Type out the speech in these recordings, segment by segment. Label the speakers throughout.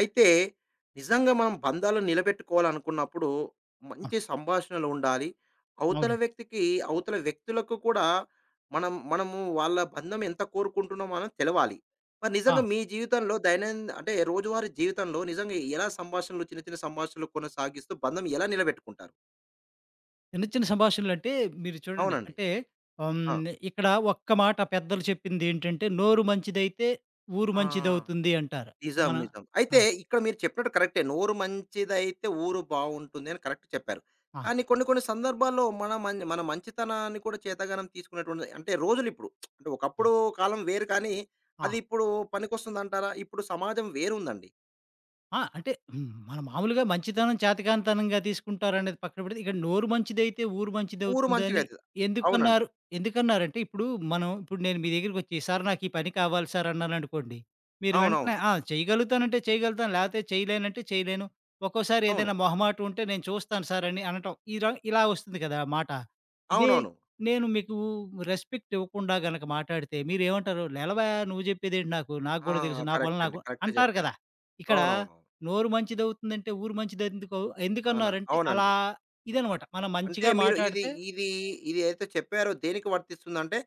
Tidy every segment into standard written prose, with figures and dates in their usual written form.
Speaker 1: అయితే నిజంగా మనం బంధాలు నిలబెట్టుకోవాలనుకున్నప్పుడు
Speaker 2: ఆ!
Speaker 1: మంచి సంభాషణలు ఉండాలి. అవతల
Speaker 2: అవునండి.
Speaker 1: వ్యక్తికి అవతల వ్యక్తులకు కూడా మనం వాళ్ళ బంధం ఎంత కోరుకుంటున్నామో అనేది తెలవాలి. మరి
Speaker 2: ఆ!
Speaker 1: నిజంగా మీ జీవితంలో దైనందిన అంటే రోజువారీ జీవితంలో నిజంగా ఎలా చిన్న చిన్న సంభాషణలు కొనసాగిస్తూ బంధం ఎలా నిలబెట్టుకుంటారు?
Speaker 2: చిన్న చిన్న సంభాషణలంటే మీరు చూడండి
Speaker 1: అవునండి.
Speaker 2: అంటే
Speaker 1: ఆ!
Speaker 2: ఇక్కడ ఒక్క మాట పెద్దలు చెప్పిందేంటంటే, "నోరు మంచిదైతే ఊరు
Speaker 1: ఆ!
Speaker 2: మంచిదవుతుంది" అంటారు.
Speaker 1: నిజం.
Speaker 2: మన
Speaker 1: నిజం.
Speaker 2: ఆ!
Speaker 1: అయితే ఇక్కడ మీరు చెప్పినట్టు కరెక్టే. నోరు మంచిదైతే ఊరు బావుంటుంది అని కరెక్ట్ చెప్పారు.
Speaker 2: ఆ!
Speaker 1: కానీ కొన్ని కొన్ని సందర్భాల్లో మన మంచితనాన్ని కూడా చేతగానం తీసుకునేటువంటిది అంటే రోజులిప్పుడు అంటే
Speaker 2: ఆ!
Speaker 1: ఒకప్పుడు కాలం వేరు, కానీ
Speaker 2: ఆ!
Speaker 1: అది ఇప్పుడు పనికొస్తుందంటారా? ఇప్పుడు సమాజం వేరుందండి.
Speaker 2: ఆ! అంటే మన మామూలుగా మంచితనం చేతకానితనంగా తీసుకుంటారనేది పక్కన పెడితే, ఇక్కడ నోరు మంచిదైతే ఊరు
Speaker 1: ఊరు
Speaker 2: మంచిదవుతుందని
Speaker 1: మంచిగయితది. అవునండి.
Speaker 2: ఎందుకన్నారు? ఎందుకన్నారంటే ఇప్పుడు మనం ఇప్పుడు నేను మీ దగ్గరికొచ్చి, "సార్ నాకు ఈ పని కావాలి సార్" అన్నాననుకోండి. మీరు వెంటనే
Speaker 1: అవునవును.
Speaker 2: చేయగలుగుతానంటే చేయగలుగుతాను, లేకపోతే చేయలేనంటే చేయలేను. ఒక్కోసారి
Speaker 1: అవును.
Speaker 2: ఏదైనా మొహమాటం ఉంటే నేను చూస్తాను సార్ అని అనటం. ఇలా ఇలా వస్తుంది కదా మాట. ఇదే
Speaker 1: అవునవును.
Speaker 2: నేను మీకు రెస్పెక్ట్ ఇవ్వకుండా గనక మాట్లాడితే మీరేమంటారు? "లేలవా నువ్వు చెప్పేదేంటి నాకు? నాకు
Speaker 1: ఆ!
Speaker 2: గూడా తెలుసు. నా పనులు
Speaker 1: కరెక్ట్ అండి.
Speaker 2: నాకు"
Speaker 1: కరెక్ట్
Speaker 2: అంటారు
Speaker 1: చెప్పారు.
Speaker 2: కదా! ఇక్కడ
Speaker 1: అవునవునవును.
Speaker 2: నోరు మంచిదవుతుందంటే ఊరు మంచిదెందుకు
Speaker 1: అవునా!
Speaker 2: అలా
Speaker 1: అవునండి.
Speaker 2: ఇదనమాట. మనం
Speaker 1: అంటే
Speaker 2: మంచిగా
Speaker 1: మీరు ఇది
Speaker 2: మాటాడితే
Speaker 1: ఇది ఇది ఏదైతే చెప్పారో దేనికి వర్తిస్తుందంటే,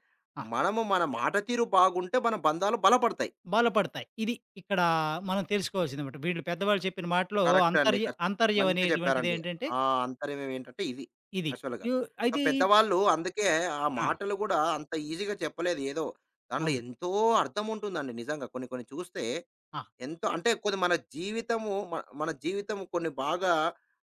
Speaker 2: ఆ!
Speaker 1: మనము మన మాట తీరు బాగుంటే మన బంధాలు బలపడతాయి.
Speaker 2: బలపడతాయి. ఇక్కడ మనం తెలుసుకోవాల్సిందనమాట. వీళ్ళు పెద్దవాళ్ళు చెప్పిన మాటలో
Speaker 1: కరెక్ట్ అండి.
Speaker 2: అంతర్యం
Speaker 1: మంచిగా చెప్పారండి.
Speaker 2: అనేటువంటిదేంటంటే
Speaker 1: ఆ అంతర్యం ఏంటంటే ఇది
Speaker 2: ఇది.
Speaker 1: యాక్చువల్‌గా.
Speaker 2: యు
Speaker 1: సో,
Speaker 2: అయితే ఈ
Speaker 1: పెద్దవాళ్ళు అందుకే ఆ
Speaker 2: ఆ!
Speaker 1: మాటలు గూడా అంత ఈజీగా చెప్పలేదు. ఏదో దాంట్లో
Speaker 2: అవునండి.
Speaker 1: ఎంతో అర్థం ఉంటుందండి నిజంగా. కొన్ని కొన్ని చూస్తే
Speaker 2: ఆ!
Speaker 1: ఎంతో అంటే కొన్ని మన జీవితము మ మన జీవితం కొన్ని బాగా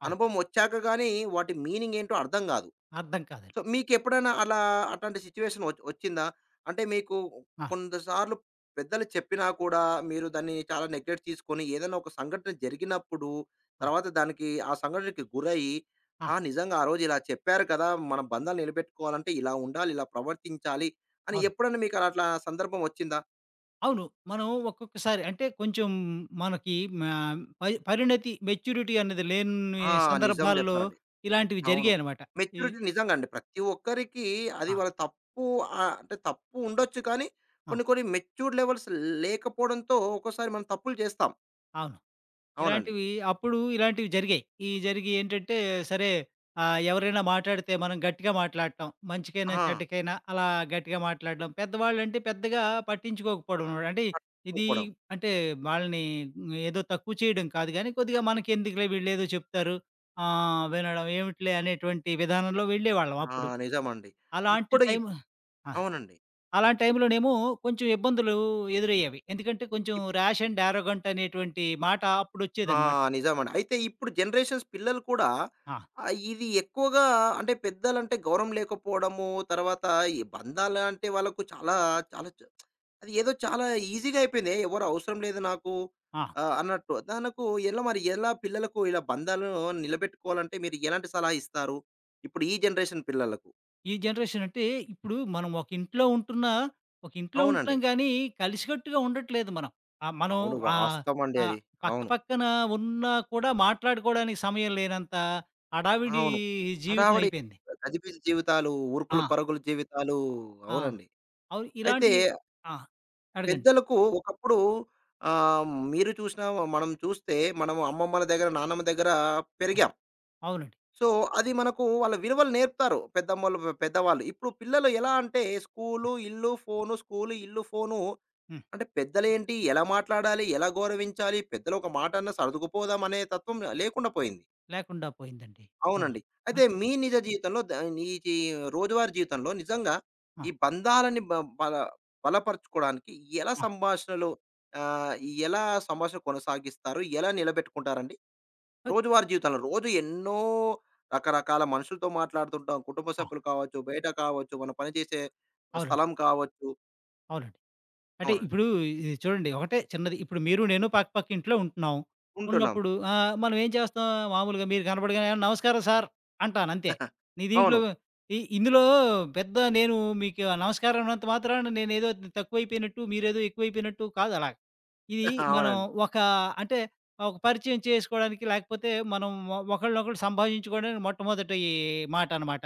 Speaker 2: అవును.
Speaker 1: అనుభవం ఒచ్చాక గాని వాటి మీనింగ్ ఏంటో అర్థం గాదు.
Speaker 2: అర్థం కాదండి.
Speaker 1: సో, మీకెప్పుడైనా అలా అట్లాంటి సిట్యుయేషన్ ఒచ్చిందా? అంటే మీకు
Speaker 2: ఆ!
Speaker 1: కొంతసార్లు పెద్దలు చెప్పినా కూడా మీరు దాన్ని చాలా నెగ్లెక్ట్ తీసుకొని ఏదైనా ఒక సంఘటన జరిగినప్పుడు,
Speaker 2: ఆ!
Speaker 1: తర్వాత దానికి ఆ సంఘటనకి గురయ్యి,
Speaker 2: ఆ!
Speaker 1: ఆ! నిజంగా ఆ రోజు ఇలా చెప్పారు కదా! మన బంధాలు నిలబెట్టుకోవాలంటే ఇలా ఉండాలి, ఇలా ప్రవర్తించాలి అని
Speaker 2: అవును.
Speaker 1: ఎప్పుడన్నా మీకు అలా అట్లా సందర్భం ఒచ్చిందా?
Speaker 2: అవును. మనం ఒక్కొక్కసారి అంటే కొంచెం మనకి మా పరిణతి, మెచ్యూరిటీ అన్నది లేని
Speaker 1: ఆ! నిజం
Speaker 2: సందర్భాల్లో
Speaker 1: చెప్పారండి.
Speaker 2: ఇలాంటివి
Speaker 1: అవును.
Speaker 2: జరిగాయనమాట. ఈ
Speaker 1: మెచ్యూరిటీ నిజంగా అండి. ప్రతి ఒక్కరికి అది
Speaker 2: ఆ!
Speaker 1: వాళ్ళ తప్పు ఆహ్, అంటే తప్పు ఉండొచ్చు, కానీ
Speaker 2: ఆ!
Speaker 1: కొన్ని కొన్ని మెచ్యూర్డ్ లెవెల్స్ లేకపోవడంతో ఒక్కోసారి మనం తప్పులు చేస్తాం.
Speaker 2: అవును.
Speaker 1: అవునండి.
Speaker 2: ఇలాంటివి ఇలాంటివి జరిగాయి. ఇయి జరిగి ఏంటంటే సరే ఎవరైనా మాట్లాడితే మనం గట్టిగా మాట్లాడటం. మంచికైనా,
Speaker 1: ఆ!
Speaker 2: చెడ్డకైనా అలా గట్టిగా మాట్లాడడం. పెద్దవాళ్ళంటే పెద్దగా పట్టించుకోకపోవడం అన్నమాట. అంటే ఇది
Speaker 1: పట్టించుకోకపోవడం.
Speaker 2: అంటే వాళ్ళని ఏదో తక్కువ చేయడం కాదు గానీ, కొద్దిగా మనకెందుకులే వీళ్ళేదో చెప్తారు. వినడం ఏమిటిలే అనేటువంటి విధానంలో వెళ్ళేవాళ్ళం
Speaker 1: ఆ!
Speaker 2: అప్పుడు.
Speaker 1: నిజమండి.
Speaker 2: అలాంటి
Speaker 1: ఇప్పుడు
Speaker 2: టైమ్
Speaker 1: ఇప్
Speaker 2: ఆ!
Speaker 1: అవునండి.
Speaker 2: అలాంటి టైంలోనేమో కొంచెం ఇబ్బందులు ఎదురయ్యేవి. ఎందుకంటే కొంచెం ర్యాష్ అండ్ యారోగంట్ అనేటువంటి మాట
Speaker 1: ఆ!
Speaker 2: అప్పుడొచ్చేదనమాట.
Speaker 1: నిజమండి. అయితే ఇప్పుడు జనరేషన్స్ పిల్లలు కూడా
Speaker 2: ఆ!
Speaker 1: ఆహ్, ఇది ఎక్కువగా అంటే పెద్దలంటే గౌరవం లేకపోవడము, తర్వాత ఈ బంధాలంటే వాళ్ళకు చాలా చాలా చ అది ఏదో చాలా ఈజీగా అయిపోయింది. ఎవరు అవసరం లేదు నాకు
Speaker 2: ఆ!
Speaker 1: ఆహ్, అన్నట్టు. దానికి ఎలా పిల్లలకు ఇలా బంధాలను నిలబెట్టుకోవాలంటే మీరు ఎలాంటి సలహా ఇస్తారు? ఇప్పుడు ఈ జనరేషన్ పిల్లలకు?
Speaker 2: ఈ జనరేషన్ అంటే ఇప్పుడు మనం ఒక ఇంట్లో ఉంటున్నా, ఒక ఇంట్లో
Speaker 1: అవునండి.
Speaker 2: ఉంటున్నాం గానీ, కలిసికట్టుగా ఉండట్లేదు మనం. ఆహ్, మనం
Speaker 1: అవును.
Speaker 2: ఆహ్,
Speaker 1: వాస్తవమండి
Speaker 2: ఆహ్,
Speaker 1: అది.
Speaker 2: పక్క
Speaker 1: అవును.
Speaker 2: పక్కన ఉన్నా కూడా మాట్లాడుకోవడానికి సమయం లేనంత హడావిడి
Speaker 1: అవును.
Speaker 2: జీవితం
Speaker 1: హడావిడి
Speaker 2: అయిపోయింది.
Speaker 1: గజిబిజి జీవితాలు,
Speaker 2: ఆ!
Speaker 1: ఉరుకులు పరుగుల జీవితాలు.
Speaker 2: ఆ!
Speaker 1: అవునండి.
Speaker 2: అవును.
Speaker 1: అయితే
Speaker 2: ఇలాంటి ఆ! అడగండి.
Speaker 1: పెద్దలకు ఒకప్పుడు ఆహ్, మీరు చూసినా మనం చూస్తే మనం అమ్మమ్మల దగ్గర, నాన్నమ్మ దగ్గర
Speaker 2: ఆ!
Speaker 1: పెరిగాం.
Speaker 2: అవునండి.
Speaker 1: సో, అది మనకు వాళ్ళ విలువలు నేర్పుతారు. పెద్దమ్మోళ్ళు, పె పెద్దవాళ్ళు. ఇప్పుడు పిల్లలు ఎలా అంటే స్కూలు, ఇల్లు, ఫోను, స్కూలు, ఇల్లు, ఫోను
Speaker 2: హ్మ్.
Speaker 1: అంటే పెద్దలేంటి? ఎలా మాట్లాడాలి? ఎలా గౌరవించాలి? పెద్దలు ఒక మాట అన్నా సర్దుకుపోదాం అనే తత్వం లేకుండా పోయింది.
Speaker 2: లేకుండా పోయిందండి. అవును.
Speaker 1: అవునండి. అయితే
Speaker 2: అన్
Speaker 1: మీ నిజ జీవితంలో ద నీ జీ రోజువారీ జీవితంలో నిజంగా
Speaker 2: ఆ!
Speaker 1: ఈ బంధాలని బ బల బలపరుచుకోవడానికి ఎలా
Speaker 2: ఆ!
Speaker 1: ఆహ్, ఎలా సంభాషణ కొనసాగిస్తారు? ఎలా నిలబెట్టుకుంటారండి?
Speaker 2: అయ్
Speaker 1: రోజువారీ జీవితంలో రోజు ఎన్నో రకరకాల మనుషులతో మాట్లాడుతుంటాం. కుటుంబ
Speaker 2: ఆ!
Speaker 1: సభ్యులు కావచ్చు, బయట కావచ్చు, మనం పనిచేసే
Speaker 2: అవునండి.
Speaker 1: స్థలం కావచ్చు.
Speaker 2: అవునండి. అంటే
Speaker 1: అవునండి.
Speaker 2: ఇప్పుడు ఇది చూడండి ఒకటే చిన్నది. ఇప్పుడు మీరు నేను పక్క పక్క ఇంట్లో ఉంటున్నాం.
Speaker 1: ఉంటున్నాం.
Speaker 2: ఉన్నప్పుడు మనం ఏం చేస్తాం, మామూలుగా మీరు కనపడగానే, "ఆ, నమస్కారం సార్" అంటాను అంతే. నీ
Speaker 1: అవును.
Speaker 2: దీంట్లో ఇ ఇందులో పెద్ద నేను మీకు ఆ నమస్కారం అన్నంత మాత్రాన నేనేదో తక్కువైపోయినట్టు, మీరేదో ఎక్కువైపోయినట్టు కాదు అలా. ఇది మనం
Speaker 1: అవునండి.
Speaker 2: ఒక అంటే ఒక పరిచయం చేసుకోవడానికి లేకపోతే మనం ఒకళ్ళనొకళ్ళు సంభాషించుకోవడానికి మొట్టమొదటి ఈ మాట అన్నమాట.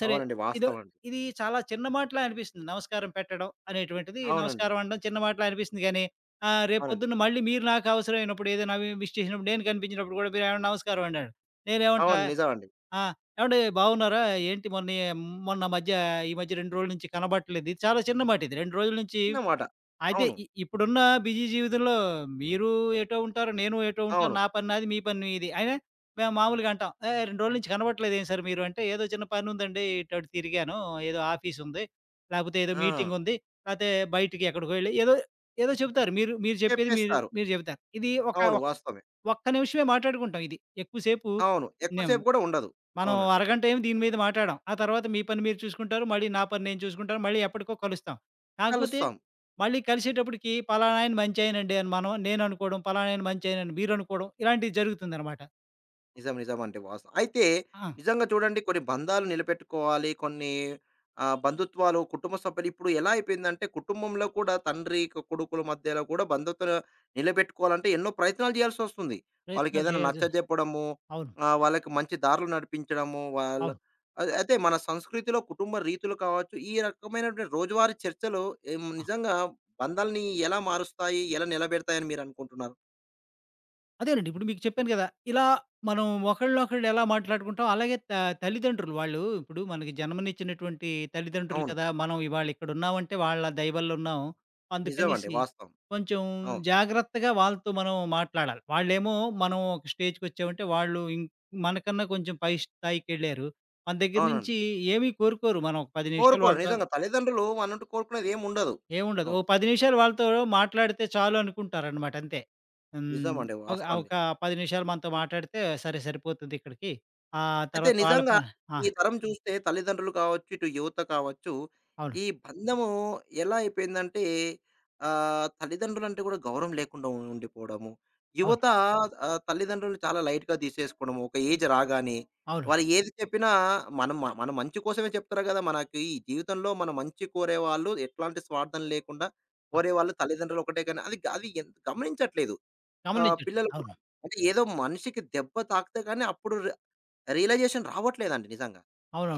Speaker 2: సరే
Speaker 1: అవునండి.
Speaker 2: ఇదో
Speaker 1: వాస్తవం అండి.
Speaker 2: ఇది చాలా చిన్న మాటలా అనిపిస్తుంది. నమస్కారం పెట్టడం అనేటువంటిది,
Speaker 1: అవునండి.
Speaker 2: నమస్కారం అనడం చిన్న మాటలా అనిపిస్తుంది గానీ,
Speaker 1: అవునండి.
Speaker 2: రేపొద్దున్న మళ్ళీ మీరు నాకు అవసరమైనప్పుడు, ఏదైనా అవి మిస్ చేసినప్పుడు, నేను కనిపించినప్పుడు గూడా మీరేమన్నా నమస్కారం అన్నాడు. నేనేమంటా,
Speaker 1: అవును. నిజమండి.
Speaker 2: ఆ! ఏవండీ బాగున్నారా? ఏంటి మొన్న మొన్న మధ్య ఈ మధ్య 2 రోజుల నుంచి కనబడట్లేదు. ఇది చాలా చిన్న మాట ఇది. 2 రోజుల నుంచి
Speaker 1: చిన్నమాట.
Speaker 2: అయితే
Speaker 1: అవును.
Speaker 2: ఇ ఇప్పుడున్న బిజీ జీవితంలో మీరు ఎటో ఉంటారు, నేను ఎటో ఉంటాను.
Speaker 1: అవును.
Speaker 2: నా పని నాది, మీ పని మీది. అయినా మేము మామూలుగా అంటాం. "ఏయ్! 2 రోజుల నుంచి కనపడట్లేదు ఏం సార్ మీరు" అంటే, "ఏదో చిన్న పనుందండి. ఇటు అటు తిరిగాను. ఏదో ఆఫీసుంది. లేకపోతే ఏదో
Speaker 1: ఆ!
Speaker 2: మీటింగుంది. లేతే బయటికి ఎక్కడికో ఎళ్ళి" ఏదో ఏదో చెప్తారు. మీరు మీరు చెప్పేది మీరు
Speaker 1: చెప్పేస్తారు.
Speaker 2: మీరు చెప్తారు. ఇది ఒక
Speaker 1: అవును.
Speaker 2: ఒక్
Speaker 1: వాస్తవమే.
Speaker 2: ఒక్క నిమిషమే మాట్లాడుకుంటాం ఇది. ఎక్కువసేపు
Speaker 1: అవును. ఎక్కువ
Speaker 2: నేం
Speaker 1: సేపు గూడా ఉండదు.
Speaker 2: మనం
Speaker 1: అవునండి.
Speaker 2: అరగంట ఏమి దీని మీద మాటాడాం. ఆ తర్వాత మీ పని మీరు చూసుకుంటారు. మళ్ళీ నా పని నేను చూసుకుంటాను. మళ్ళీ ఎప్పటికో కలుస్తాం. కాకపోతే
Speaker 1: కలుస్తాం.
Speaker 2: మళ్ళీ కలిసేటప్పటికి పలానాయన మంచాయనండి అని నేననుకోవడం, పలానాయన మంచాయనని మీరనుకోవడం ఇలాంటివి జరుగుతుందనమాట.
Speaker 1: నిజం. నిజం అండి. వాస్తవం. అయితే
Speaker 2: ఆ!
Speaker 1: నిజంగా చూడండి, కొన్ని బంధాలు నిలబెట్టుకోవాలి. కొన్ని ఆహ్, బంధుత్వాలు కుటుంబ సభ్యులు ఇప్పుడు ఎలా అయిపోయిందంటే కుటుంబంలో కూడా తండ్రి, కొడుకుల మధ్యలో కూడా బంధుత్వాలు నిలబెట్టుకోవాలంటే ఎన్నో ప్రయత్నాలు చేయాల్సొస్తుంది.
Speaker 2: ప్రయత్నాలు
Speaker 1: వాళ్ళకేదైనా
Speaker 2: చేయాల్సి
Speaker 1: నచ్చజెప్పడము,
Speaker 2: అవును.
Speaker 1: ఆహ్, వాళ్ళకి మంచి దారులు నడిపించడము, వాళ్ళు
Speaker 2: అవును.
Speaker 1: అయితే మన సంస్కృతిలో కుటుంబ రీతులు కావచ్చు, ఈ రకమైనటువంటి రోజువారీ చర్చలు ఏం నిజంగా బంధాలని ఎలా మారుస్తాయి? ఎలా నిలబెడతాయని మీరనుకుంటున్నారు?
Speaker 2: అదేనండి. ఇప్పుడు మీకు చెప్పాను గదా! ఇలా మనం ఒకళ్ళనొకళ్ళు ఎలా మాట్లాడుకుంటాం, అలాగే తల్లిదండ్రులు వాళ్ళు ఇప్పుడు మనకి జన్మనిచ్చినటువంటి తల్లిదండ్రులు
Speaker 1: అవును.
Speaker 2: కదా! మనం ఇవాళ ఇక్కడున్నామంటే వాళ్ళ దయ వల్ల ఉన్నాం.
Speaker 1: నిజమండి.
Speaker 2: అందుకనేసి
Speaker 1: వాస్తవం.
Speaker 2: కొంచెం
Speaker 1: అవును.
Speaker 2: జాగ్రత్తగా వాళ్ళతో మనం మాట్లాడాలి. వాళ్ళేమో మనం ఒక స్టేజ్‌కొచ్చామంటే వాళ్ళు మనకన్నా కొంచెం పై స్థాయికెళ్ళారు. మన దగ్గర
Speaker 1: అవునండి.
Speaker 2: నుంచి ఏమీ కోరుకోరు. మనం ఒక 10 నిమిషాలు
Speaker 1: కోరుకోరు.
Speaker 2: వాళ్ళతో
Speaker 1: నిజంగా తల్లిదండ్రులు మననుండి కోరుకునేది ఏముండదు.
Speaker 2: ఏముండదు. ఓ
Speaker 1: అవును.
Speaker 2: 10 నిమిషాలు వాళ్ళతో మాట్లాడితే చాలు అనుకుంటారనమాట అంతే. హ్మ్.
Speaker 1: నిజమండి.
Speaker 2: ఒక
Speaker 1: వాస్తవం అండి.
Speaker 2: ఒక 10 నిమిషాలు మనతో మాట్లాడితే సరే సరిపోతుంది ఇక్కడికి. ఆ
Speaker 1: అయితే
Speaker 2: తర్వాత వాళ్ళ
Speaker 1: నిజంగా
Speaker 2: ఆ!
Speaker 1: ఈ తరం చూస్తే తల్లిదండ్రులు కావచ్చు, ఇటు యువత కావచ్చు,
Speaker 2: అవును.
Speaker 1: ఈ బంధము ఎలా అయిపోయిందంటే ఆహ్, తల్లిదండ్రులంటే కూడా గౌరవం లేకుండా ఉండిపోవడము.
Speaker 2: అవును.
Speaker 1: యువత ఆహ్, తల్లిదండ్రులు చాలా లైట్‌గా తీసేసుకోవడము. ఒక ఏజ్ రాగానే
Speaker 2: అవునండి.
Speaker 1: వాళ్ళు ఏది చెప్పినా మనం మన మంచి కోసమే చెప్తారు గదా! మనకి ఈ జీవితంలో మన మంచి కోరేవాళ్ళు ఎట్లాంటి స్వార్థం లేకుండా
Speaker 2: ఆ!
Speaker 1: కోరేవాళ్ళు తల్లిదండ్రులు ఒకటే, కానీ అది అది ఎంత గమనించట్లేదు. ఆహ్,
Speaker 2: గమనించండి.
Speaker 1: పిల్లలు కూడా
Speaker 2: అవును.
Speaker 1: అంటే ఏదో మనిషికి దెబ్బ తాకితే గాని అప్పుడు రియలైజేషన్ రావట్లేదండి నిజంగా.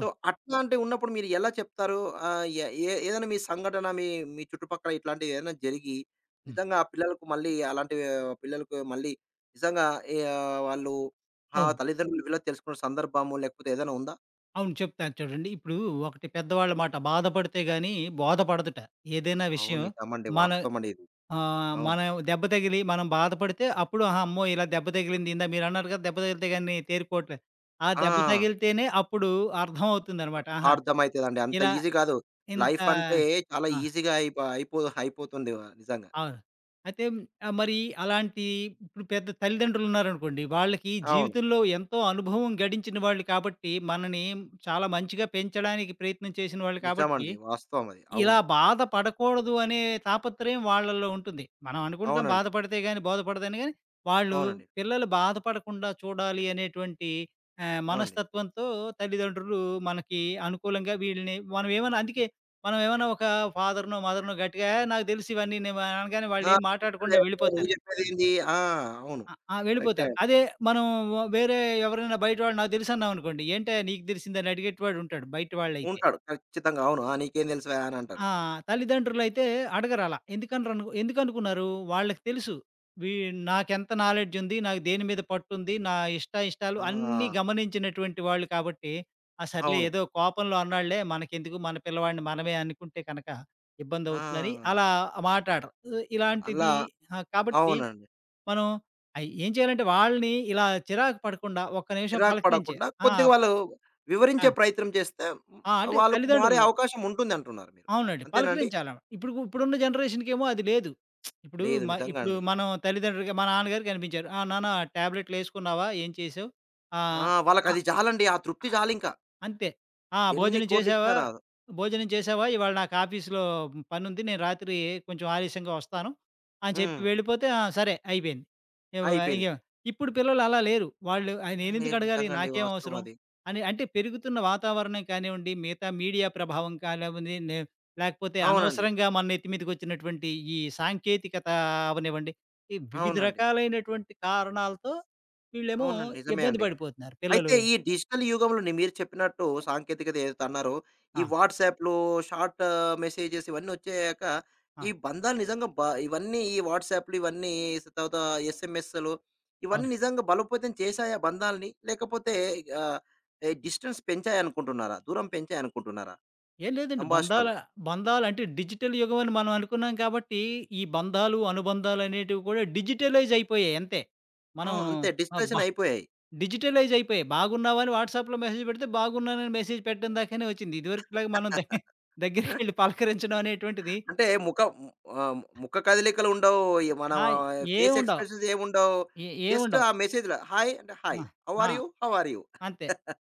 Speaker 1: సో, అట్లాంటివి ఉన్నప్పుడు మీరు ఎలా చెప్తారు? ఆహ్, ఎ ఏ ఏదైనా మీ సంఘటన మీ మీ చుట్టుపక్కల ఇట్లాంటివి ఏదైనా జరిగి,
Speaker 2: హ్మ్.
Speaker 1: నిజంగా ఆ పిల్లలకు మళ్ళీ అలాంటివి పిల్లలకు మళ్ళీ నిజంగా ఆహ్, వాళ్ళు ఆ
Speaker 2: అవును.
Speaker 1: తల్లిదండ్రులు విలువ తెలుసుకున్న సందర్భము లేకపోతే ఏదైనా ఉందా?
Speaker 2: అవును. చెప్తాను చూడండి. ఇప్పుడు ఒకటి పెద్దవాళ్ళ మాట బాధపడితే గాని బోధపడదుట. ఏదైనా
Speaker 1: అవును.
Speaker 2: విషయం
Speaker 1: నిజమండి.
Speaker 2: మన
Speaker 1: వాస్తవమండి ఇది.
Speaker 2: ఆ!
Speaker 1: అవును.
Speaker 2: మనం దెబ్బ తగిలి మనం బాధపడితే అప్పుడు ఆహా! అమ్మో! ఇలా దెబ్బ తగిలింది. ఇందాక మీరన్నారు కదా! దెబ్బ తగిలితే గాని తేరుకోవట్లేదు. ఆ దెబ్బ
Speaker 1: ఆ!
Speaker 2: తగిలితేనే అప్పుడు
Speaker 1: అ
Speaker 2: అర్థమవుతుందనమాట. ఆహా!
Speaker 1: అర్థమైతదండి. అంత
Speaker 2: ఇలా
Speaker 1: ఈజీ కాదు.
Speaker 2: ఇంత
Speaker 1: లైఫ్ అంటే చాలా
Speaker 2: ఆ!
Speaker 1: ఈజీగా అయిపో అయిపో అయిపోతుంది నిజంగా.
Speaker 2: అవును. అయితే మరి అలాంటి ఇప్పుడు పెద్ద తల్లిదండ్రులున్నారనుకోండి. వాళ్ళకి
Speaker 1: అవును.
Speaker 2: జీవితంలో ఎంతో అనుభవం గడించిన వాళ్ళు కాబట్టి, మనని చాలా మంచిగా పెంచడానికి ప్రయత్నం చేసిన వాళ్ళు కాబట్టి
Speaker 1: నిజమండి. వాస్తవం అది.
Speaker 2: ఇలా
Speaker 1: అవును.
Speaker 2: బాధపడకూడదు అనే తాపత్రయం వాళ్ళలో ఉంటుంది. మనం అనుకుంటాం
Speaker 1: అవునండి.
Speaker 2: బాధపడితే గాని, బోధపడదని గాని, వాళ్ళు
Speaker 1: అవునండి.
Speaker 2: పిల్లలు బాధపడకుండా చూడాలి అనేటువంటి
Speaker 1: అవునండి.
Speaker 2: మనస్తత్వంతో తల్లిదండ్రులు మనకి అనుకూలంగా వీళ్ళని మనం ఏమన్నా అందుకే మనం ఏమన్నా ఒక ఫాదర్‌నో, మదర్‌నో గట్టిగా "ఏహ్! నాకు తెలుసు ఇవన్నీ" నేను అనగానే
Speaker 1: ఆ!
Speaker 2: వాళ్ళేం మాట్లాడకుండా
Speaker 1: నువ్వు
Speaker 2: వెళ్ళిపోతారు.
Speaker 1: చెప్పేదేంది? ఆ! అవును.
Speaker 2: ఆ! ఆ!
Speaker 1: కరెక్టే.
Speaker 2: వెళ్ళిపోతారు. అదే మనం వేరే ఎవరైనా బయట వాళ్ళు నాకు తెలుసన్నామనుకోండి, "ఏంటయ్యా నీకు తెలిసిందని" అడిగేటివాడు ఉంటాడు బయట వాళ్ళైతే.
Speaker 1: ఉంటాడు. ఖచ్చితంగా. అవును. "ఆ! నీకేం తెలుసువే" అని అంటారు.
Speaker 2: ఆ! తల్లిదండ్రులైతే అడగరలా. ఎందుకనుకున్నారు? వాళ్ళకి తెలుసు. వీ నాకెంత నాలెడ్జుంది, నాకు దేని మీద పట్టుంది, నా ఇష్టాయిష్టాలు
Speaker 1: ఆ!
Speaker 2: అన్నీ గమనించినటువంటి వాళ్ళు కాబట్టి, ఆ! సర్లే
Speaker 1: అవును.
Speaker 2: ఏదో కోపంలో అన్నాడులే మనకెందుకు మన పిల్లవాడిని మనమే అనుకుంటే కనక ఇబ్బందవుతుందని
Speaker 1: ఆ!
Speaker 2: అలా మాటాడరు.
Speaker 1: అలా
Speaker 2: ఇలాంటిది ఆ! కాబట్టి
Speaker 1: అవునండి.
Speaker 2: మనం ఏం చేయాలంటే వాళ్ళని ఇలా చిరాకు పడకుండా ఒక్క నిమిషం
Speaker 1: చిరాకు
Speaker 2: పలకరించే
Speaker 1: పడకుండా
Speaker 2: ఆ!
Speaker 1: కొద్దిగా వాళ్ళు
Speaker 2: ఆ!
Speaker 1: వివరించే ప్రయత్నం చేస్తే మ్,
Speaker 2: ఆ! అంటే
Speaker 1: వాళ్ళకు మారే
Speaker 2: తల్లిదండ్రులు
Speaker 1: అవకాశం ఉంటుందంటున్నారు మీరు.
Speaker 2: అవునండి.
Speaker 1: అంతేనండి?
Speaker 2: పలకరించాల. ఇప్పుడు ఇప్పుడున్న జనరేషన్‌కేమో అది లేదు.
Speaker 1: లేదు నిజంగా
Speaker 2: ఇప్పుడు
Speaker 1: అండి.
Speaker 2: మనం తల్లిదండ్రులుగా మా నాన్నగారు కనిపించారు. "ఆ! నాన్న టాబ్లెట్‌లేసుకున్నావా? ఏం చేసావు?"
Speaker 1: ఆ!
Speaker 2: ఆహ్, అ
Speaker 1: వాళ్ళకది చాలండి. ఆ తృప్తి చాలింకా.
Speaker 2: అంతే. ఆ!
Speaker 1: ఎన్ని
Speaker 2: భోజనం
Speaker 1: కోట్లిచ్చినా
Speaker 2: చేశావా?
Speaker 1: రాదు.
Speaker 2: ఇవాళ నాకు ఆఫీస్‌లో పనుంది. నేను రాత్రి కొంచెం ఆలస్యంగా వస్తాను అని చెప్పి
Speaker 1: హ్మ్.
Speaker 2: వెళ్ళిపోతే, ఆ! సరే అయిపోయింది. ఇవ ఇగ
Speaker 1: అయిపోయింది.
Speaker 2: ఇప్పుడు పిల్లలు అలా లేరు. వాళ్ళు, ఆ!
Speaker 1: ఆ,
Speaker 2: నేనెందుకు
Speaker 1: లేదు
Speaker 2: అడగాలి?
Speaker 1: నిజంగా అండి.
Speaker 2: నాకేం
Speaker 1: వాస్తవం
Speaker 2: అవసరం?
Speaker 1: అది.
Speaker 2: అని అంటే పెరుగుతున్న వాతావరణం కానివ్వండి, మిగతా మీడియా ప్రభావం కానివ్వండి, లేకపోతే
Speaker 1: అవునండి.
Speaker 2: అనవసరంగా మన నెత్తి మీదకొచ్చినటువంటి ఈ సాంకేతికత అవనివ్వండి, ఈ వివిధ
Speaker 1: అవునండి.
Speaker 2: రకాలైనటువంటి కారణాలతో వీళ్ళేమో
Speaker 1: అవునండి. నిజమే
Speaker 2: ఇబ్బంది
Speaker 1: అండి.
Speaker 2: పడిపోతున్నారు పిల్లలు.
Speaker 1: అయితే ఈ డిజిటల్ యుగంలో మీరు చెప్పినట్టు సాంకేతికత ఏదైతే అన్నారో, ఈ
Speaker 2: ఆ!
Speaker 1: వాట్సాప్‌లు, షార్ట్ మెసేజెస్ ఇవన్నీ వచ్చాక,
Speaker 2: ఆ!
Speaker 1: ఈ బంధాలు నిజంగా ఇవన్నీ ఈ వాట్సాప్‌లు ఇవన్నీ తర్వాత ఎస్ఎంఎస్‌లు ఇవన్నీ
Speaker 2: అవును.
Speaker 1: నిజంగా బలోపేతం చేశాయా బంధాలని? లేకపోతే ఆహ్, డిస్టెన్స్ పెంచాయనుకుంటున్నారా? దూరం పెంచాయనుకుంటున్నారా
Speaker 2: ఏం లేదండి.
Speaker 1: సంభాషణలు?
Speaker 2: బంధాలంటే డిజిటల్ యుగం అని మనం అనుకున్నాం కాబట్టి, ఈ బంధాలు, అనుబంధాలనేటివి కూడా డిజిటలైజ్ అయిపోయాయి అంతే. మనం
Speaker 1: అవును. అంతే
Speaker 2: ఆహ్, బ
Speaker 1: డిస్కషన్ అయిపోయాయి.
Speaker 2: డిజిటలైజ్ అయిపోయాయి. బాగున్నావా అని వాట్సాప్‌లో మెసేజ్ పెడితే, బాగున్నానని మెసేజ్ పెట్టడం దాకానే వచ్చింది. ఇదివరకులాగా మనం దగ్గరికెళ్ళి పలకరించడం అనేటువంటిది
Speaker 1: అంటే ముఖ ము ఆహ్, ముఖ కదలికలు ఉండవు. ఈ మన
Speaker 2: ఆ!
Speaker 1: ఫేస్
Speaker 2: ఏవుండవు.
Speaker 1: ఎక్స్‌ప్రెషన్స్ ఏముండవు. జస్ట్
Speaker 2: ఏవుండవు.
Speaker 1: ఆ మెసేజ్‌లో హాయ్ అంటే హాయ్.
Speaker 2: ఆ!
Speaker 1: హౌ
Speaker 2: ఆ!
Speaker 1: Are you? How are you?
Speaker 2: అంతే.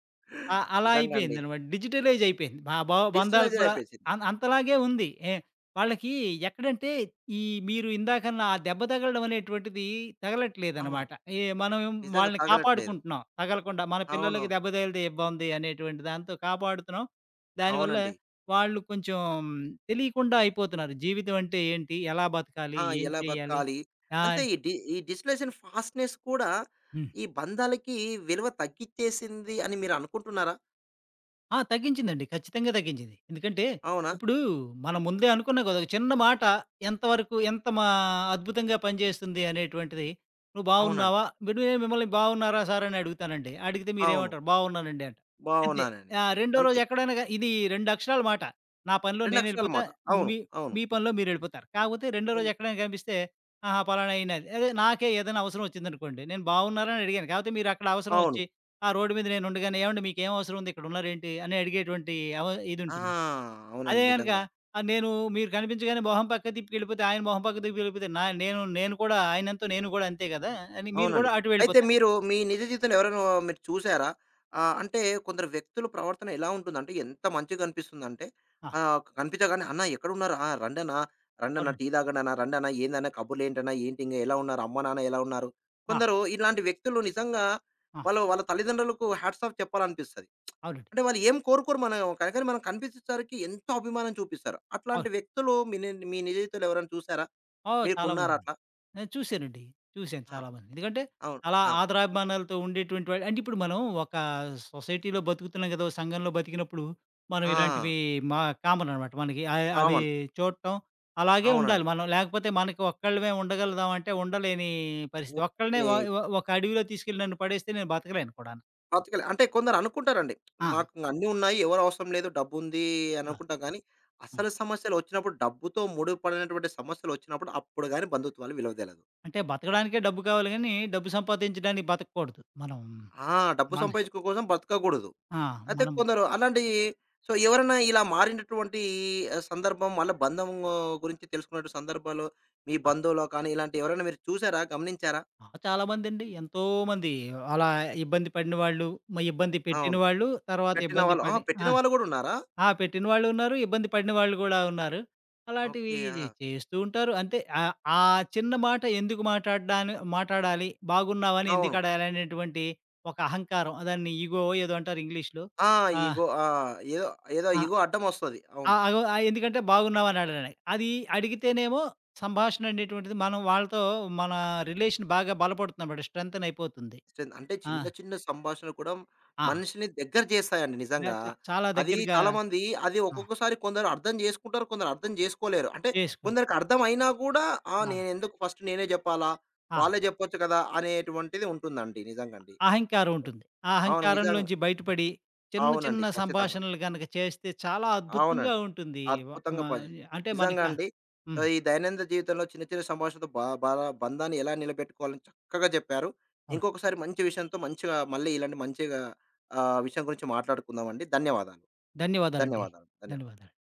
Speaker 2: ఆ! అలా
Speaker 1: నిజంగా అండి.
Speaker 2: అయిపోయిందనమాట. డిజిటలైజ్ అయిపోయింది. బా బా బంధాలు
Speaker 1: డిజిటలైజ్డ్
Speaker 2: కూడా
Speaker 1: అయిపోయేసింది.
Speaker 2: అంతలాగే ఉంది. వాళ్ళకి ఎక్కడంటే ఈ మీరు ఇందాకన్న ఆ దెబ్బ తగలడం అనేటువంటిది
Speaker 1: అవును.
Speaker 2: తగలట్లేదనమాట. మనం ఏం
Speaker 1: నిజంగా
Speaker 2: వాళ్ళని
Speaker 1: తగలట్లేదు.
Speaker 2: కాపాడుకుంటున్నాం, తగలకుండా. మన పిల్లలకి
Speaker 1: అవునవును.
Speaker 2: దెబ్బ తగిలితే ఇబ్బంది అనేటువంటి దాంతో కాపాడుతున్నాం. దానివల్ల
Speaker 1: అవునండి.
Speaker 2: వాళ్ళు కొంచెం తెలియకుండా అయిపోతున్నారు. జీవితం అంటే ఏంటి? ఎలా బతకాలి?
Speaker 1: ఆ!
Speaker 2: ఏం
Speaker 1: ఎలా
Speaker 2: చేయాలి?
Speaker 1: బతకాలి?
Speaker 2: ఆ!
Speaker 1: అంతే ఈ డిజిటలైజేషన్ ఫాస్ట్‌నెస్ కూడా
Speaker 2: హ్మ్.
Speaker 1: ఈ బంధాలకి విలువ తగ్గిచ్చేసింది అని మీరు అనుకుంటున్నారా?
Speaker 2: ఆ! తగ్గించిందండి. ఖచ్చితంగా తగ్గించింది. ఎందుకంటే,
Speaker 1: అవునా?
Speaker 2: ఇప్పుడు మనం ముందే అనుకున్నాం కదా! ఒక చిన్న మాట ఎంతవరకు ఎంత మా అద్భుతంగా పనిచేస్తుంది అనేటువంటిది. "నువ్వు
Speaker 1: అవునండి.
Speaker 2: బాగున్నావా?" ఇప్పుడు నేను మిమ్మల్ని "బాగున్నారా సార్" అని అడుగుతానండి. అడిగితే
Speaker 1: అవును.
Speaker 2: మీరేమంటారు? "బాగున్నానండి" అంటారు. అంతే.
Speaker 1: బాగున్నానండి.
Speaker 2: ఆహ్, రెండో రోజు
Speaker 1: అంతే.
Speaker 2: ఎక్కడైనా గా ఇది 2 అక్షరాల మాట. నా పనిలో
Speaker 1: 2 అక్షరాల
Speaker 2: నేనెళ్ళిపోతా.
Speaker 1: మాట. అవును.
Speaker 2: మీ
Speaker 1: అవును.
Speaker 2: మీ పనిలో మీరెళ్ళిపోతారు. కాకపోతే రెండో రోజు ఎక్కడైనా కనిపిస్తే, "ఆహా! పలానా ఈయన" అదే నాకే ఏదైనా అవసరం వచ్చిందనుకోండి. నేను "బాగున్నారా?" అని అడిగాను. కాకపోతే మీరక్కడ అవసరం
Speaker 1: అవును.
Speaker 2: వచ్చి ఆ! రోడ్డు మీద నేనుండగానే, "ఏవండీ మీకేం అవసరం ఉంది? ఇక్కడున్నారేంటి?" అని అడిగేటువంటి అవ
Speaker 1: ఆ!
Speaker 2: ఇదుంటుంది. అదే
Speaker 1: అవునండి.
Speaker 2: గనక
Speaker 1: నిజంగా.
Speaker 2: ఆహ్, నేను మీరు కనిపించగానే మొహం పక్కకు తిప్పుకెళ్ళిపోతే, ఆయన మొహం పక్కకు తిప్పుకెళ్ళిపోతే, నా నేను నేను కూడా ఆయనంతో నేను గూడా అంతే గదా! అని మీరు గూడా
Speaker 1: అవునండి.
Speaker 2: అటు
Speaker 1: అయితే
Speaker 2: వెళ్ళిపోతారు.
Speaker 1: మీరు మీ నిజ జీవితంలో ఎవరైనా మీరు చూసారా? ఆహ్, అంటే కొందరు వ్యక్తుల ప్రవర్తన ఎలా ఉంటుందంటే ఎంత మంచిగా కనిపిస్తుందంటే
Speaker 2: ఆ!
Speaker 1: ఆహ్, కనిపించగానే "అన్న ఎక్కడున్నారు? ఆ! రండన్నా, రండన్నా
Speaker 2: అవునండి.
Speaker 1: టీ తాగండన్నా, రండన్నా ఏందన్నా కబుర్లేంటన్నా, ఏంటి ఇంగ ఎలా ఉన్నారు? అమ్మ, నాన్న ఎలా ఉన్నారు?"
Speaker 2: ఆ!
Speaker 1: కొందరు ఇలాంటి వ్యక్తులు నిజంగా
Speaker 2: ఆ!
Speaker 1: వాళ్ళు వాళ్ళ తల్లిదండ్రులకు హ్యాట్స్ ఆఫ్ చెప్పాలనిపిస్తది.
Speaker 2: అవునండి.
Speaker 1: అంటే వాళ్ళు ఏం కోరుకోరు మనం, కానీ కానీ మనం కనిపించేసరికి ఎంతో అభిమానం చూపిస్తారు. అట్లాంటి
Speaker 2: అవును.
Speaker 1: వ్యక్తులు మీ నిజ జీవితంలో ఎవరైనా చూసారా?
Speaker 2: ఓహ్!
Speaker 1: మీకున్నారా
Speaker 2: చాలామంది.
Speaker 1: అట్లా?
Speaker 2: నేను చూసానండి. చూసాను
Speaker 1: ఆ!
Speaker 2: చాలామంది. ఎందుకంటే,
Speaker 1: అవును.
Speaker 2: అలా
Speaker 1: ఆ!
Speaker 2: ఆదరాభిమానాలతో ఉండేటువంటి వాళ్ళు అంటే ఇప్పుడు మనం ఒక సొసైటీలో బతుకుతున్నాం కదా! ఓ సంఘంలో బతికినప్పుడు మనం
Speaker 1: ఆ!
Speaker 2: ఇలాంటివి మా కామన్ అనమాట. మనకి ఆహ్, అవి
Speaker 1: కామన్.
Speaker 2: చూడటం అలాగే ఉండాలి
Speaker 1: అవునండి.
Speaker 2: మనం. లేకపోతే మనకి ఒక్కళ్ళమే ఉండగలుగుదాం అంటే ఉండలేని పరిస్థితి. ఒక్కళ్ళనే
Speaker 1: ఊరికనే
Speaker 2: వ వ ఒక అడవిలో తీసుకెళ్ళి నన్ను పడేస్తే నేను బతకలేను కూడాను.
Speaker 1: బతకలే అంటే కొందరు అనుకుంటారండి.
Speaker 2: ఆ!
Speaker 1: మాకు అన్నీ ఉన్నాయి. ఎవరు అవసరం లేదు. డబ్బుంది అని
Speaker 2: ఆ!
Speaker 1: అనుకుంటాం, కానీ
Speaker 2: హ్మ్.
Speaker 1: అసలు సమస్యలొచ్చినప్పుడు డబ్బుతో ముడిపడినటువంటి సమస్యలొచ్చినప్పుడు అప్పుడు గాని బంధుత్వాలు విలువ తెలదు.
Speaker 2: అంటే బతకడానికే డబ్బు కావాలి గానీ, డబ్బు సంపాదించడానికి బతకూడదు. మనం
Speaker 1: ఆ! డబ్బు
Speaker 2: మన
Speaker 1: సంపాదించుకో కోసం బ్రతకకూడదు.
Speaker 2: ఆ!
Speaker 1: అయితే
Speaker 2: మనం
Speaker 1: కొందరు అలాంటి సో, ఎవరైనా ఇలా మారినటువంటి ఆహ్, సందర్భం వాళ్ళ బంధం ఆ, గురించి తెలుసుకున్నట్టు సందర్భాలు మీ బంధువులో కానీ ఇలాంటి ఎవరైనా మీరు చూసారా? గమనించారా?
Speaker 2: ఆ! చాలామందండి. ఎంతోమంది అలా ఇబ్బంది పడిన వాళ్ళు, ఇబ్బంది పెట్టిన
Speaker 1: అవును.
Speaker 2: వాళ్ళు, తర్వాత
Speaker 1: పెట్టిన
Speaker 2: ఇబ్బంది
Speaker 1: వాళ్ళు ఆ!
Speaker 2: పడి ఆ!
Speaker 1: పెట్టిన వాళ్ళు గూడా ఉన్నారా?
Speaker 2: ఆ! పెట్టిన వాళ్ళు ఉన్నారు. ఇబ్బంది పడిన వాళ్ళు గూడా ఉన్నారు. అలాంటివి
Speaker 1: ఓకే. ఆ!
Speaker 2: చేస్తూ ఉంటారు. అంతే ఆహ్, ఆ చిన్న మాట ఎందుకు మాట్లాడ్డాను మాట్లాడాలి, బాగున్నావని
Speaker 1: అవును.
Speaker 2: ఎందుకు అడగాలి అనేటువంటి ఒక అహంకారం. దాన్ని ఇగో ఏదో అంటారు ఇంగ్లీష్‌లో.
Speaker 1: ఆ!
Speaker 2: ఆ!
Speaker 1: ఇగో ఆ! ఏదో ఏదో
Speaker 2: ఆ!
Speaker 1: ఇగో అడ్డమొస్తది.
Speaker 2: ఆ!
Speaker 1: అవును.
Speaker 2: అగో ఆ, ఎందుకంటే బాగున్నావని అడగడానికి. అది అడిగితేనేమో సంభాషణ అనేటువంటిది మనం వాళ్ళతో మన రిలేషన్ బాగా బలపడుతుందన్నమాట. స్ట్రెంథెన్ అయిపోతుంది.
Speaker 1: స్ట్రెంత్ అంటే
Speaker 2: ఆ!
Speaker 1: చిన్న చిన్న సంభాషణలు కూడా
Speaker 2: ఆ!
Speaker 1: మనిషిని దగ్గర చేస్తాయండి
Speaker 2: నే
Speaker 1: నిజంగా.
Speaker 2: చ చాలా
Speaker 1: అది
Speaker 2: దగ్గరగా
Speaker 1: చాలామంది అది
Speaker 2: ఆ!
Speaker 1: ఒక్కొక్కసారి కొందరు అర్థం జేసుకుంటారు. కొందరు అర్థం జేసుకోలేరు. అంటే
Speaker 2: చేసుకో
Speaker 1: కొందరికి అర్థమైనా గూడా ఆ!
Speaker 2: ఆ!
Speaker 1: నేనెందుకు ఫస్ట్ నేనే జెప్పాలా?
Speaker 2: ఆ!
Speaker 1: వాళ్ళే జెప్పొచ్చు కదా! అనేటువంటిది ఉంటుందండి. నిజంగండి.
Speaker 2: అహంకారం ఉంటుంది. ఆ
Speaker 1: అవును. నిజంగా.
Speaker 2: అహంకారంలోంచి బయటపడి చిన్న
Speaker 1: అవునండి.
Speaker 2: చిన్న
Speaker 1: ఖచ్చితంగా.
Speaker 2: సంభాషణలు గనక చేస్తే చాలా అద్భుతంగా
Speaker 1: అవునండి.
Speaker 2: ఉంటుంది. వ మ
Speaker 1: అద్భుతంగా పది
Speaker 2: అంటే
Speaker 1: నిజంగా
Speaker 2: మనకి
Speaker 1: అండి. సో,
Speaker 2: హ్మ్.
Speaker 1: ఈ దైనందిన జీవితంలో చిన్న చిన్న సంభాషణతో బా బా బంధాన్ని ఎలా నిలబెట్టుకోవాలని చక్కగా చెప్పారు.
Speaker 2: అవును.
Speaker 1: ఇంకొకసారి మంచి విషయంతో మంచిగా మళ్ళీ ఇలాంటి మంచిగా ఆహ్, విషయం గురించి మాట్లాడుకుందామండి. ధన్యవాదాలు.
Speaker 2: ధన్యవాదాలండి.
Speaker 1: ధన్యవాదాలు. ధన్యవాదాలు.
Speaker 2: ధన్యవాదాలు.